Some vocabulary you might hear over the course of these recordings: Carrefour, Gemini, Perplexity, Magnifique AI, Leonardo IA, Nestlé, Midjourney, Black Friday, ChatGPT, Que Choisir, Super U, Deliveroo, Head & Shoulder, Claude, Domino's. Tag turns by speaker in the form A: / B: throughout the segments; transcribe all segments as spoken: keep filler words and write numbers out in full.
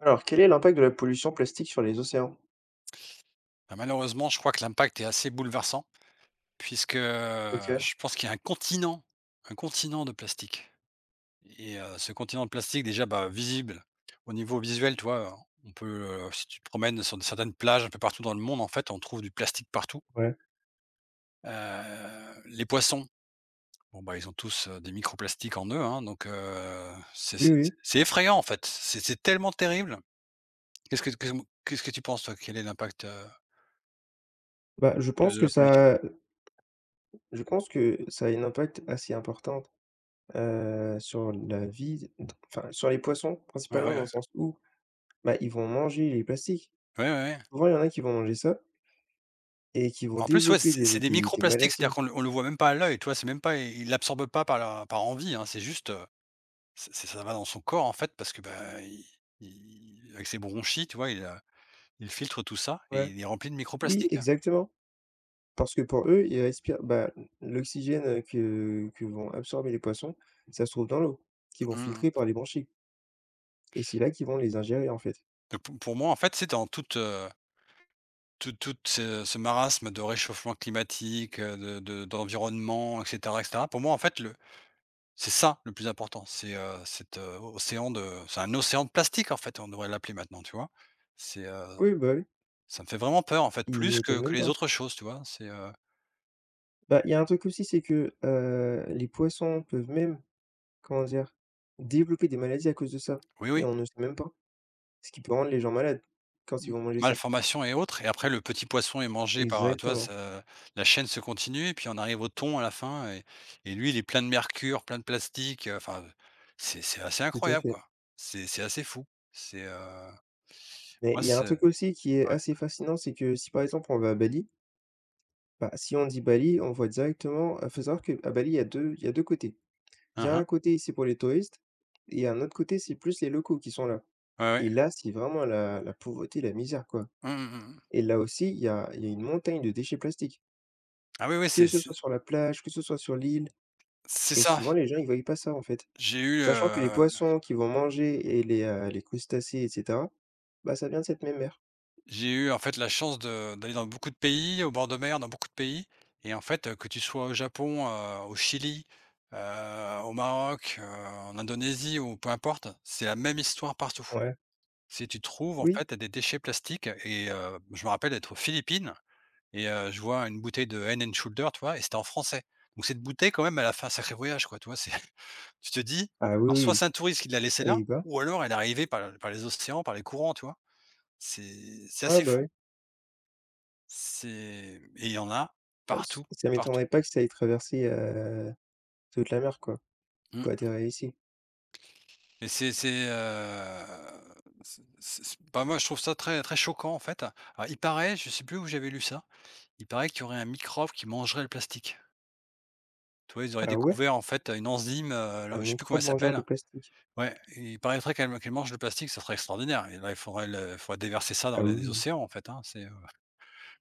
A: Alors, quel est l'impact de la pollution plastique sur les océans?
B: Bah, malheureusement, je crois que l'impact est assez bouleversant puisque, heu,
A: OK,
B: je pense qu'il y a un continent, un continent de plastique et heu, ce continent de plastique déjà, bah, visible au niveau visuel, tu vois? On peut, heu, si tu te promènes sur certaines plages un peu partout dans le monde, en fait, on trouve du plastique partout.
A: ouais.
B: Heu, les poissons, bon, bah, ils ont tous, heu, des microplastiques en eux, hein, donc heu, c'est
A: Oui,
B: c'est
A: oui.
B: c'est effrayant, en fait. C'est c'est tellement terrible. Qu'est-ce que qu'est-ce que qu'est-ce que tu penses, toi? Quel est l'impact, heu,
A: Bah, je
B: de
A: pense
B: de
A: que
B: la pollution?
A: ça je pense que ça a un impact assez important, heu, sur la vie, enfin, sur les poissons
B: Ouais, ouais,
A: principalement dans
B: ouais.
A: le sens où, bah, ils vont manger les plastiques.
B: Ouais, ouais, ouais.
A: Souvent, il y en a qui vont manger ça et qui vont
B: En plus, ouais,
A: développer
B: c'est c'est
A: des
B: des
A: des des
B: microplastiques, c'est-à-dire
A: maladies.
B: qu'on le on le voit même pas à l'œil, tu vois? C'est même pas il l'absorbe pas par la par envie, hein, c'est juste, heu, c'est c'est ça va dans son corps, en fait, parce que, bah, il il avec ses bronchies, tu vois, il, heu, il filtre tout ça et
A: Ouais.
B: il est rempli de
A: Oui,
B: microplastiques.
A: exactement. Parce que pour eux, ils respirent, bah, l'oxygène, que que vont absorber les poissons, ça se trouve dans l'eau, qu'ils vont
B: Mmh
A: filtrer par
B: mh.
A: les branchies et c'est là qu'ils vont les ingérer, en fait.
B: Donc pou pour moi, en fait, c'est dans toute, heu, tout tout ce ce marasme de réchauffement climatique, heu, de de d'environnement et cetera et cetera. Pour moi, en fait, le c'est ça le plus important, c'est, heu, cet, heu, océan de c'est un océan de plastique, en fait, on devrait l'appeler maintenant, tu vois? C'est, heu
A: Oui, bah, oui.
B: Ça me fait vraiment peur en fait,
A: Il
B: plus
A: m'étonne
B: que
A: même
B: que les
A: pas.
B: autres choses, tu vois? C'est, heu
A: Bah, il y a un truc aussi, c'est que, heu, les poissons peuvent même, comment dire? Développer des maladies à cause de ça
B: oui,
A: et
B: oui,
A: on ne sait même pas. Ce qui peut rendre les gens malades quand ils
B: m
A: vont manger ça.
B: malformation et autres et après le petit poisson est mangé par, tu vois?
A: Exactement,
B: Ça la chaîne se continue et puis on arrive au thon à la fin et et lui il est plein de mercure, plein de plastique, heu, enfin, c'est c'est assez
A: tout à
B: incroyable
A: fait.
B: quoi. C'est c'est assez fou. C'est, heu,
A: Mais
B: moi
A: il y a un
B: c'est
A: truc aussi qui est
B: Ouais.
A: assez fascinant, c'est que si par exemple on va à Bali, bah, si on dit Bali, on voit directement heu, faut savoir qu'à Bali, il y a deux, il y a deux côtés. Il y
B: Hein,
A: a
B: hein.
A: un côté, c'est pour les touristes et un autre côté, c'est plus les locaux qui sont là
B: Ouais, ouais.
A: et là, c'est vraiment la la pauvreté, la misère, quoi.
B: Mmh mh, mmh.
A: Et là aussi, il y a il y a une montagne de déchets plastiques,
B: Ah oui, oui,
A: que
B: c'est
A: ce
B: c'est
A: soit sur la plage, que ce soit sur l'île
B: c'est
A: et
B: ça.
A: souvent les gens, ils voient pas ça, en fait.
B: J'ai
A: Sachant que les
B: eu,
A: poissons qu'ils vont manger et les, heu, les crustacés et cetera, bah, ça vient de cette même mer.
B: J'ai eu en fait la chance de d'aller dans beaucoup de pays, au bord de mer, dans beaucoup de pays et en fait, heu, que tu sois au Japon, heu, au Chili, heu, au Maroc, heu, en Indonésie ou peu importe, c'est la même histoire partout.
A: Ouais.
B: Si tu trouves en
A: Oui.
B: fait des déchets plastiques et heu, je me rappelle être aux Philippines et heu, je vois une bouteille de Head& and Shoulder, tu vois? Et c'était en français. Donc cette bouteille quand même, elle a fait un sacré voyage quoi, tu vois? C'est tu te dis,
A: Ah oui,
B: alors soit c'est un
A: oui
B: touriste qui l'a laissée là
A: et bah
B: ou alors elle est arrivée par par les océans, par les courants, tu vois? C'est c'est
A: ouais,
B: assez
A: bah, oui.
B: fou. C'est Et il y en a
A: Bah, ç
B: partout,
A: ça m'étonnerait
B: partout.
A: pas que ça ait traversé, heu, toute la mer, quoi,
B: Mmh.
A: pour atterrir ici.
B: Et c'est c'est, heu, c'est c'est c'est Bah, moi, je trouve ça très très choquant, en fait. Alors il paraît, je sais plus où j'avais lu ça, il paraît qu'il y aurait un microbe qui mangerait le plastique. Tu vois, ils auraient
A: Ah ouais?
B: découvert, en fait, une enzyme, heu,
A: Un
B: alors je sais plus comment elle
A: microbe mangeur de
B: s'appelle.
A: plastique?
B: Ouais, il paraîtrait qu'elle qu'elle mange le plastique, ça serait extraordinaire et là, il faudrait le faudrait déverser ça
A: Ah
B: dans les les
A: oui,
B: océans, en fait, hein. C'est, heu,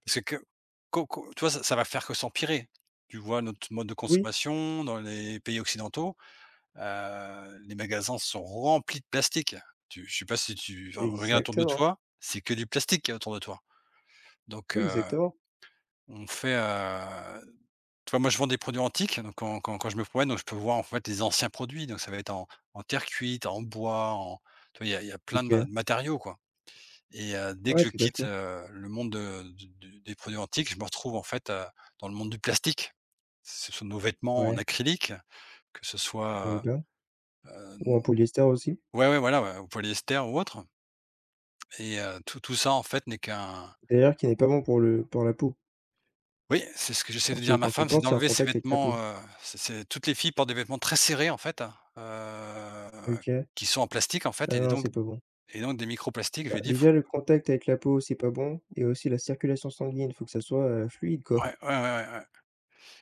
B: parce que que- co co Tu vois, ça ça va faire que s'empirer. Tu vois notre mode de
A: oui,
B: consommation dans les pays occidentaux. Heu, les magasins sont remplis de plastique. Tu Je sais pas si tu regardes autour de
A: exactement.
B: toi, c'est que du plastique qu'il y a autour de toi. Donc
A: Oui,
B: heu,
A: exactement.
B: on fait, heu tu vois, moi, je vends des produits antiques, donc quand quand quand je me promène, donc je peux voir, en fait, les anciens produits, donc ça va être en en terre cuite, en bois, en tu vois, il y a il y a plein de ma
A: OK.
B: de matériaux, quoi et heu, dès que
A: Ouais,
B: je
A: tout à
B: quitte,
A: fait.
B: heu, le monde de du du des produits antiques, je me retrouve, en fait, heu, dans le monde du plastique. Ce sont nos vêtements en
A: Ouais,
B: acrylique, que ce
A: ou
B: soit,
A: bien
B: heu
A: ou en polyester aussi,
B: Ouais, ouais, voilà, ouais, ou polyester ou autre et heu, tout tout ça, en fait, n'est qu'un
A: d'ailleurs qui n'est pas bon pour le pour la peau,
B: oui, c'est ce que j'essaie de
A: parce que
B: dire à ma
A: quand tu le
B: femme, c'est
A: portes, c'est en
B: d'enlever ses
A: contact avec la
B: vêtements,
A: peau.
B: heu, c'est c'est toutes les filles portent des vêtements très serrés, en fait, hein, heu,
A: OK.
B: qui sont en plastique, en
A: Ah
B: fait et
A: non, non,
B: donc
A: c'est pas bon.
B: et donc des microplastiques. Je lui
A: Bah,
B: ai dit: «Faut»
A: déjà le contact avec la peau, c'est pas bon et aussi la circulation sanguine, faut que ça soit, heu, fluide quoi.
B: ouais, ouais, ouais, ouais, ouais.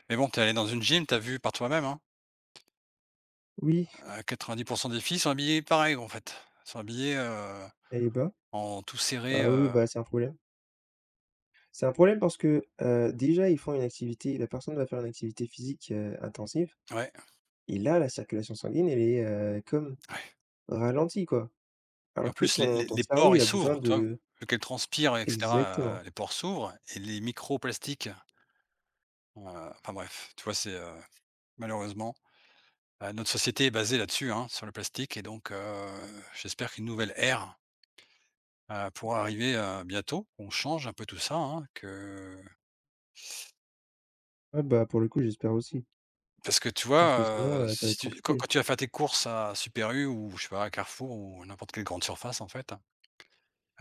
B: Mais bon, tu es dans une gym, t'as vu par toi-même, hein,
A: Oui,
B: heu, quatre-vingt-dix des filles sont habillées pareil, en fait. Sont habillées, heu,
A: et bah,
B: en tout serré,
A: ah oui,
B: heu,
A: bah, c'est un problème. C'est un problème parce que, heu, déjà ils font une activité la personne va faire une activité physique, heu, intensive
B: ouais,
A: et là, la circulation sanguine elle est, heu, comme
B: ouais.
A: ralentie quoi.
B: Et
A: Alors
B: en
A: que
B: plus, les
A: ton
B: les
A: ton
B: les
A: cerveau
B: pores,
A: il
B: ils
A: a besoin
B: s'ouvrent, tu vois?
A: de
B: Vu qu'elle transpire et
A: exactement.
B: cetera, heu, les pores s'ouvrent et les microplastiques, heu, enfin bref, tu vois? C'est, heu, malheureusement, heu, notre société est basée là-dessus, hein, sur le plastique et donc heu, j'espère qu'une nouvelle ère, heu, pourra arriver, heu, bientôt, qu'on change un peu tout ça, hein, que
A: Ouais, bah, pour le coup, j'espère aussi.
B: parce que tu
A: Parce que sinon,
B: vois, heu,
A: heu, ça va être
B: si tu quand
A: compliqué.
B: quand tu vas faire tes courses à Super U ou je sais pas, à Carrefour ou n'importe quelle grande surface, en fait.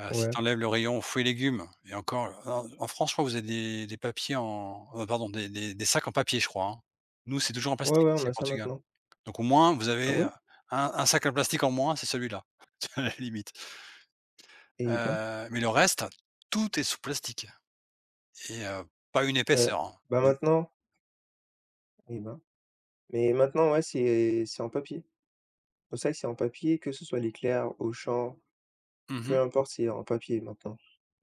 B: Heu, si
A: Ouais.
B: tu enlèves le rayon fruits et légumes et encore, en en France, je crois, vous avez des des papiers en heu, pardon, des des des sacs en papier, je crois, hein. Nous, c'est toujours en
A: Ouais,
B: plastique
A: ouais, on
B: ici
A: a
B: au
A: ça
B: Portugal.
A: maintenant.
B: Donc au moins, vous
A: Ah
B: avez, heu,
A: ouais?
B: un un sac en plastique en moins, c'est celui-là, à la limite.
A: Eh ben,
B: Heu, mais le reste, tout est sous plastique et heu, pas une
A: heu,
B: épaisseur, hein.
A: bah,
B: Mmh.
A: maintenant eh ben, mais maintenant, ouais, c'est c'est en papier. Pour ça que c'est en papier, que ce soit Leclerc, Auchan, peu
B: Mmh.
A: importe, c'est en papier maintenant.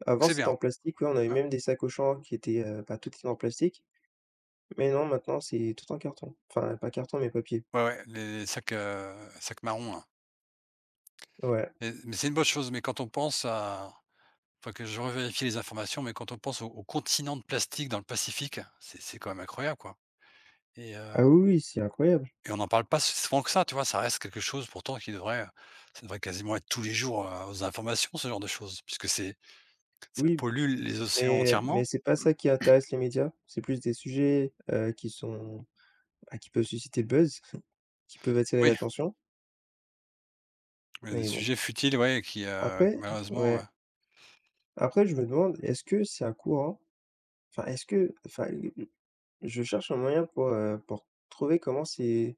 A: Avant,
B: C'est
A: c'était
B: bien.
A: en plastique, ouais, on avait
B: Ouais,
A: même des sacs Auchan qui étaient, heu, bah, tout était en plastique, mais non, maintenant, c'est tout en carton. Enfin, pas carton, mais papier.
B: ouais, ouais, les sacs, heu, sacs marrons, là.
A: Ouais.
B: Mais mais c'est une bonne chose, mais quand on pense à faut que je revérifie les informations, mais quand on pense au au continent de plastique dans le Pacifique, c'est c'est quand même incroyable, quoi et heu
A: Ah oui, oui, c'est incroyable.
B: et on n'en parle pas si souvent que ça, tu vois? Ça reste quelque chose pourtant qui devrait, ça devrait quasiment être tous les jours, heu, aux informations, ce genre de choses, puisque c'est ça
A: Oui,
B: pollue les océans
A: mais mais
B: entièrement.
A: c'est pas ça qui intéresse les médias, c'est plus des sujets, heu, qui sont Ah qui peuvent susciter le buzz, qui peuvent attirer
B: Oui,
A: l'attention,
B: oui, des
A: mais bon.
B: sujets futiles, ouais, qui, heu,
A: Après
B: malheureusement,
A: ouais,
B: heu
A: après je me demande, est-ce que c'est un courant? Enfin, est-ce que enfin, je cherche un moyen pour, heu, pour trouver comment c'est,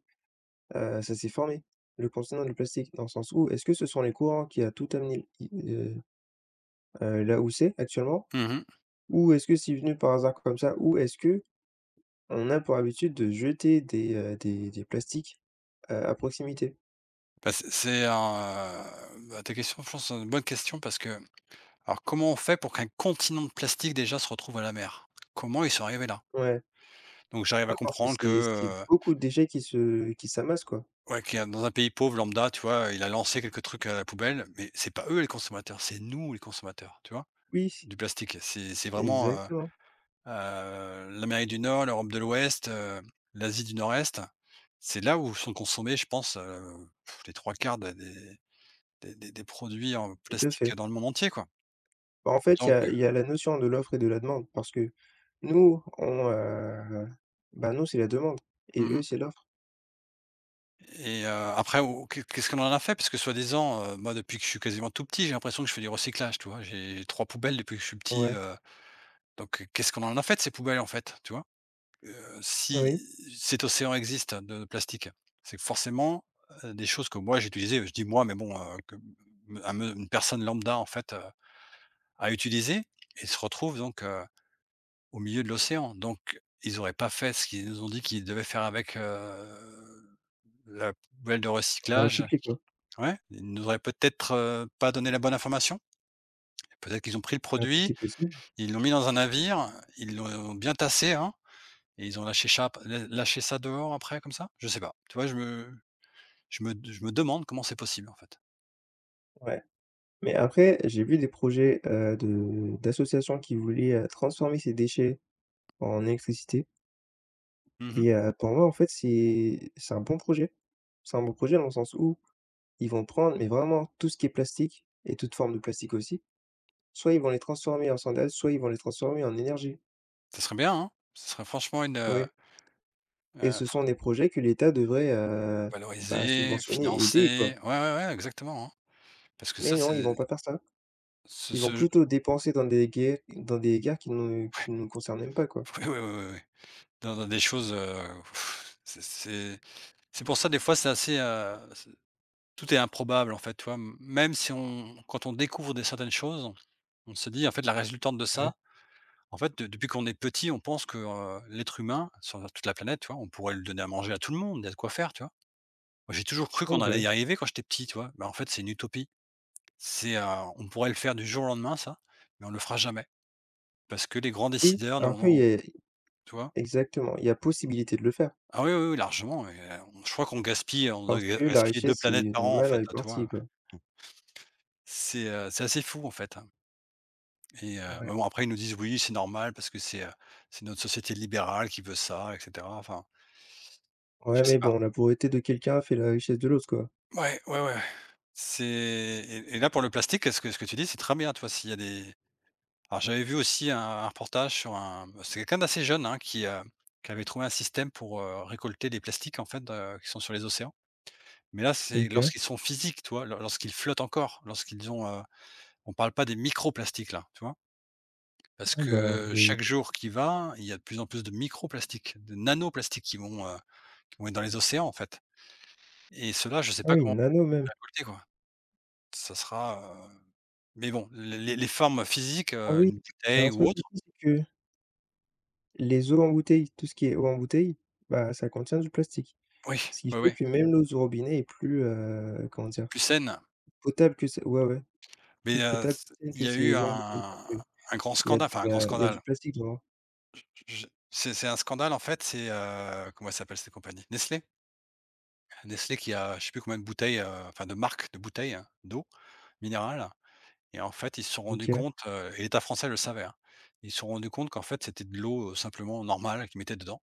A: heu, ça s'est formé, le continent du plastique, dans le sens où, est-ce que ce sont les courants qui a tout amené i heu là où c'est actuellement?
B: mmh.
A: Ou est-ce que c'est venu par hasard comme ça? Ou est-ce que on a pour habitude de jeter des, heu, des des plastiques, heu, à proximité?
B: Bah, c'est c'est un, euh, bah, ta question, je pense, c'est une bonne question parce que alors comment on fait pour qu'un continent de plastique déjà se retrouve à la mer? Comment ils sont arrivés là?
A: Ouais,
B: Donc j'arrive à
A: ouais parce que
B: comprendre que,
A: c'est c'est
B: euh,
A: beaucoup de déchets qui se qui s'amassent, quoi.
B: ouais, qui a dans un pays pauvre lambda, tu vois, il a lancé quelques trucs à la poubelle, mais c'est pas eux les consommateurs, c'est nous les consommateurs, tu vois?
A: Oui,
B: Du plastique. C'est c'est vraiment, heu
A: exactement,
B: heu, l'Amérique du Nord, l'Europe de l'Ouest, heu, l'Asie du Nord-Est. C'est là où sont consommés, je pense, heu, les trois quarts des des des des des produits en
A: tout à fait.
B: plastique dans le monde entier, quoi.
A: Bah, en fait, il y
B: Donc
A: a il y a la notion de l'offre et de la demande parce que nous, on, heu, bah, nous, c'est la demande et eux,
B: mmh.
A: c'est l'offre.
B: Et heu, après au qu'est qu'est-ce qu'on en a fait? Parce que soi-disant, heu, moi depuis que je suis quasiment tout petit, j'ai l'impression que je fais du recyclage, tu vois? J'ai trois poubelles depuis que je suis petit,
A: Ouais,
B: euh, donc heu, qu'est-ce qu'on en a fait de ces poubelles, en fait, tu vois? Heu, si
A: oui,
B: cet océan existe de plastique, c'est que forcément, heu, des choses que moi j'ai utilisées, je dis «moi» mais bon, heu, que me un me une personne lambda, en fait, heu, a utilisé et se retrouve donc heu, au milieu de l'océan. Donc ils auraient pas fait ce qu'ils nous ont dit qu'ils devaient faire avec, heu, la poubelle de
A: on
B: recyclage.
A: recycler, quoi.
B: Ouais, ils nous auraient peut-être, heu, pas donné la bonne information. Peut-être qu'ils ont pris le
A: Bah, tout
B: produit,
A: est possible,
B: ils l'ont mis dans un navire, ils l'ont bien tassé, hein. Et ils ont lâché chap lâché ça dehors après comme ça? Je sais pas. Tu vois, je me je me je me demande comment c'est possible, en fait.
A: ouais. Mais après, j'ai vu des projets, heu, de d'associations qui voulaient, heu, transformer ces déchets en électricité
B: Mmh.
A: et heu, pour moi, en fait, c'est c'est un bon projet. C'est un bon projet dans le sens où ils vont prendre, mais vraiment tout ce qui est plastique et toute forme de plastique aussi Soit ils vont les transformer en sandales, soit ils vont les transformer en énergie,
B: Ça serait bien, hein? Ce serait franchement une, heu
A: oui et
B: heu,
A: ce sont
B: faut
A: des projets que l'État devrait, heu, bah,
B: valoriser,
A: subventionner, aider, quoi.
B: financer. Ouais, ouais, ouais, exactement, hein. Parce que
A: Mais
B: ça,
A: non,
B: c'est
A: ils vont pas faire ça.
B: ce
A: Ils vont
B: ce je
A: plutôt dépenser dans des guerres dans des guerres qui nous qui ne nous concernent même pas, quoi.
B: oui, oui, oui, oui, oui. Dans dans des choses, heu, c'est c'est c'est pour ça des fois c'est assez, heu, tout est improbable en fait, tu vois? M Même si on quand on découvre des certaines choses, on se dit en fait la résultante de
A: Ouais,
B: ça, en fait, de depuis qu'on est petit, on pense que, heu, l'être humain sur toute la planète, tu vois? On pourrait le donner à manger à tout le monde, il y a de quoi faire, tu vois? Moi, j'ai toujours cru
A: oui,
B: qu'on
A: bah,
B: allait
A: oui.
B: y arriver quand j'étais petit, tu vois? Mais en fait, c'est une utopie. C'est, heu, on pourrait le faire du jour au lendemain ça, mais on le fera jamais parce que les grands
A: Oui,
B: décideurs n'en
A: alors que
B: ont
A: y a
B: tu vois?
A: exactement, il y a possibilité de le faire
B: Ah oui, oui, oui, largement. et heu, on Je crois qu'on gaspille, on doit
A: parce
B: ga
A: que la
B: gaspiller deux
A: richesse
B: planètes
A: est
B: par an en
A: mal
B: fait, là, tu vois?
A: répartie, quoi.
B: C'est, heu, c'est assez fou en fait, hein. Et heu,
A: Ouais.
B: mais bon, après ils nous disent: «Oui, c'est normal parce que c'est, heu, c'est notre société libérale qui veut ça et cetera», enfin, je
A: Ouais,
B: sais
A: mais
B: pas.
A: bon, la pauvreté de quelqu'un fait la richesse de l'autre, quoi.
B: Ouais, ouais, ouais, ouais. C'est et et là pour le plastique, ce que ce que tu dis, c'est très bien, toi. S'il y a des, alors, j'avais vu aussi un un reportage sur un c'est quelqu'un d'assez jeune, hein, qui, heu, qui avait trouvé un système pour, heu, récolter les plastiques en fait, heu, qui sont sur les océans. Mais là, c'est
A: OK. Ouais,
B: lorsqu'ils sont physiques, toi, lorsqu'ils flottent encore, lorsqu'ils ont, heu On parle pas des microplastiques là, tu vois? Parce
A: bah,
B: que
A: des
B: chaque jour qui va, il y a de plus en plus de microplastiques, de nanoplastiques qui vont, heu, qui vont être dans les océans, en fait, et cela, là je sais
A: ah
B: pas
A: oui,
B: comment
A: Nano
B: on
A: même.
B: va récolter, quoi. Ça sera, heu mais bon, les les les formes physiques,
A: Ah
B: heu,
A: oui,
B: une
A: il y a
B: bouteille
A: un
B: ou
A: truc
B: autre.
A: aussi, c'est que les eaux en bouteille, tout ce qui est eau en bouteille, bah, ça contient du plastique.
B: Oui,
A: Ce qui
B: oui,
A: fait
B: oui,
A: que même l'eau du robinet est plus, heu, comment dire?
B: plus saine.
A: Potable que ce ouais, ouais,
B: Mais,
A: plus
B: heu,
A: potable que
B: c
A: celle
B: Il
A: que
B: y a eu
A: ces eaux en bouteille parce
B: un
A: que
B: un grand
A: Il y a de
B: scandale, enfin un grand
A: la il y a du
B: scandale.
A: plastique dedans?
B: Je c'est c'est un scandale, en fait, c'est, heu, comment elle s'appelle cette compagnie? Nestlé. Nestlé qui a, je sais plus combien de bouteilles, heu, enfin de marques de bouteilles, hein, d'eau minérale. Et en fait, ils se sont rendus
A: OK.
B: compte, heu, et l'État français le savait, hein. Ils se sont rendus compte qu'en fait, c'était de l'eau, heu, simplement normale qu'ils mettaient dedans,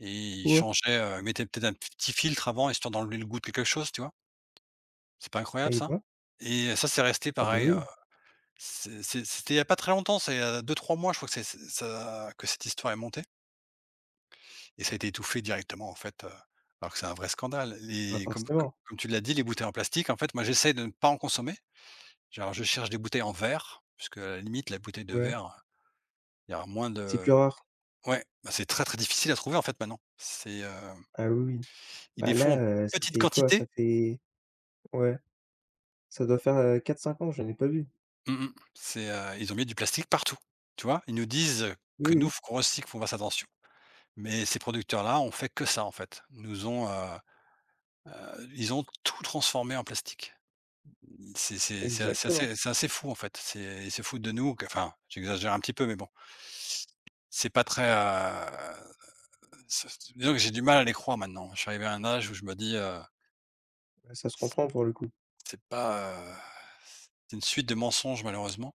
B: et ils
A: Quoi?
B: changeaient, heu, ils mettaient peut-être un petit filtre avant, histoire d'enlever le goût de quelque chose, tu vois? C'est pas incroyable
A: Eh
B: ça?
A: bah,
B: Et ça, c'est resté
A: ah bah,
B: pareil, heu,
A: oui,
B: c'est c'est c'était il y a pas très longtemps, c'est, heu, deux trois mois, je crois que c'est c'est ça, que cette histoire est montée et ça a été étouffé directement en fait, heu, alors que c'est un vrai scandale.
A: bah,
B: Les Comme co
A: forcément,
B: comme tu l'as dit, les bouteilles en plastique, en fait, moi, j'essaie de ne pas en consommer. Genre, je cherche des bouteilles en verre, puisque à la limite, la bouteille de
A: ouais.
B: verre, il y aura moins
A: C'est plus
B: de.
A: rare.
B: Ouais, bah, c'est très, très difficile à trouver, en fait, maintenant. C'est, heu,
A: Ah oui, oui.
B: ils
A: Bah,
B: les font en
A: là, heu, ça
B: petite
A: fait quoi? Ça
B: quantité.
A: fait ouais, ça doit faire, heu, quatre cinq ans que j'en ai pas vu.
B: Mmh mh. C'est, heu, ils ont mis du plastique partout, tu vois? Ils nous disent
A: Oui,
B: que nous,
A: oui,
B: faut qu'on recycle, qu'on fasse attention. Mais ces producteurs-là ont fait que ça, en fait. Nous ont, heu heu, ils ont tout transformé en plastique. C'est c'est c'est c'est
A: exactement.
B: assez c'est assez fou, en fait. C'est ils se foutent de nous que, enfin, j'exagère un petit peu, mais bon. C'est pas très, heu, c Disons que j'ai du mal à les croire maintenant. Je suis arrivé à un âge où je me dis, heu
A: Bah, ça se comprend pour le coup.
B: C'est pas, heu, c'est une suite de mensonges malheureusement,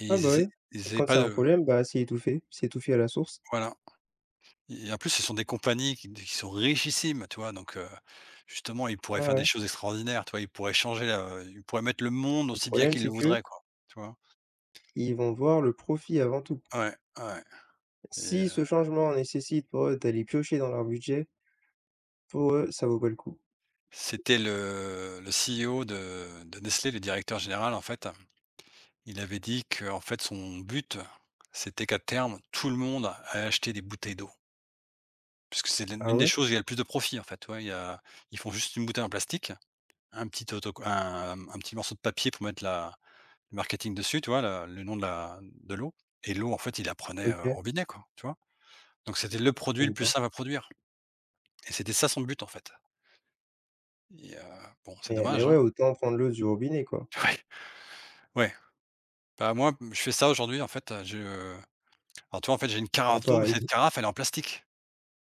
B: et ils
A: Ah bah, oui
B: essaient, ils
A: et
B: essaient
A: quand il
B: pas
A: y a un
B: de,
A: problème, bah, c'est étouffé, c'est étouffé à la source.
B: voilà, et en plus ce sont des compagnies qui qui sont richissimes, tu vois? Donc heu, justement, ils
A: Ouais,
B: pourraient faire des
A: ouais.
B: choses extraordinaires, tu vois? Ils pourraient changer la, ils pourraient mettre le monde
A: Le
B: aussi bien
A: problème,
B: qu'ils
A: c'est
B: le voudraient, quoi, tu vois?
A: qu'ils vont voir le profit avant tout.
B: Ouais, ouais, et
A: Si
B: heu,
A: ce changement nécessite pour eux d'aller piocher dans leur budget, pour eux, ça vaut pas le coup.
B: c'était le le si i o de de Nestlé, le directeur général, en fait, il avait dit que, en fait, son but c'était qu'à terme tout le monde allait acheter des bouteilles d'eau. Puisque c'est
A: Ah
B: l'une des
A: ouais?
B: choses où il y a le plus de profit en fait, ouais, il y a, ils font juste une bouteille en plastique, un petit auto un un petit morceau de papier pour mettre la le marketing dessus, tu vois? La Le nom de la, de l'eau, et l'eau en fait, il la prenait, heu, au
A: OK.
B: robinet, quoi, tu vois? Donc c'était le produit le
A: Eh
B: plus
A: ben.
B: simple à produire, et c'était ça son but en fait, et heu, bon, c'est
A: Mais mais
B: dommage,
A: ouais,
B: hein?
A: autant prendre l'eau du robinet, quoi.
B: Ouais, ouais. Bah, moi, je fais ça aujourd'hui en fait, heu, je alors tu vois, en fait, j'ai une
A: Pas
B: carafe d'eau, mais cette
A: pareil.
B: carafe elle est en plastique,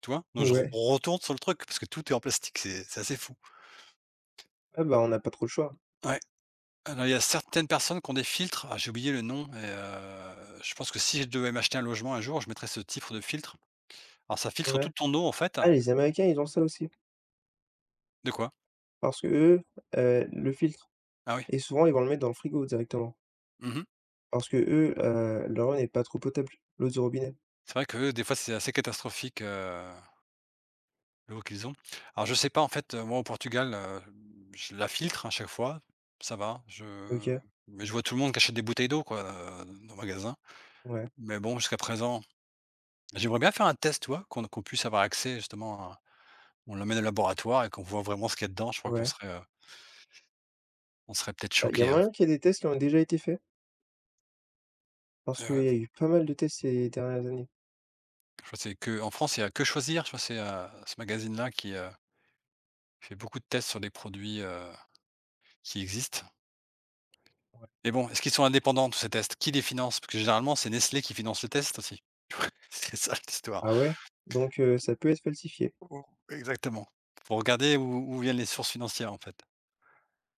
B: tu vois? Donc je re
A: Ouais.
B: retourne sur le truc parce que tout est en plastique, c'est c'est assez fou.
A: Ah bah, on n'a pas trop le choix.
B: Ouais. Alors, il y a certaines personnes qui ont des filtres. Ah, j'ai oublié le nom, et heu, je pense que si je devais m'acheter un logement un jour, je mettrais ce type de filtre. Alors ça filtre
A: Ouais.
B: toute ton eau en fait.
A: Ah, les Américains, ils ont ça aussi.
B: De quoi?
A: Parce qu'eux, heu, le filtre
B: Ah oui.
A: et souvent, ils vont le mettre dans le frigo directement.
B: Mmh.
A: Parce qu'eux, heu, leur eau n'est pas trop potable, l'eau du robinet.
B: C'est vrai que des fois, c'est assez catastrophique, heu, l'eau qu'ils ont. Alors je sais pas en fait, heu, moi au Portugal, heu, je la filtre à chaque fois, ça va, je.
A: OK.
B: Mais je vois tout le monde qui achète des bouteilles d'eau, quoi, heu, dans le magasin.
A: Ouais,
B: Mais bon, jusqu'à présent, j'aimerais bien faire un test, tu vois? Qu'on, qu'on puisse avoir accès justement à, on l'emmène au laboratoire et qu'on voit vraiment ce qu'il y a dedans. Je crois qu'on
A: ouais.
B: serait, euh, on serait peut-être
A: Bah, il y a
B: choqué, hein.
A: moyen qu'il y ait des tests qui ont déjà été faits,
B: Et
A: parce qu'il
B: ouais,
A: y a eu pas mal de tests ces dernières années.
B: je crois que c'est, que en France, il y a Que Choisir, je crois que c'est, heu, ce magazine-là qui, heu, fait beaucoup de tests sur des produits, heu, qui existent.
A: Ouais.
B: Mais bon, est-ce qu'ils sont indépendants tous ces tests? Qui les finance? Parce que généralement, c'est Nestlé qui finance les tests aussi. C'est ça l'histoire.
A: Ah ouais? Donc heu, ça peut être falsifié.
B: Oh, exactement. Faut regarder où, où viennent les sources financières, en fait.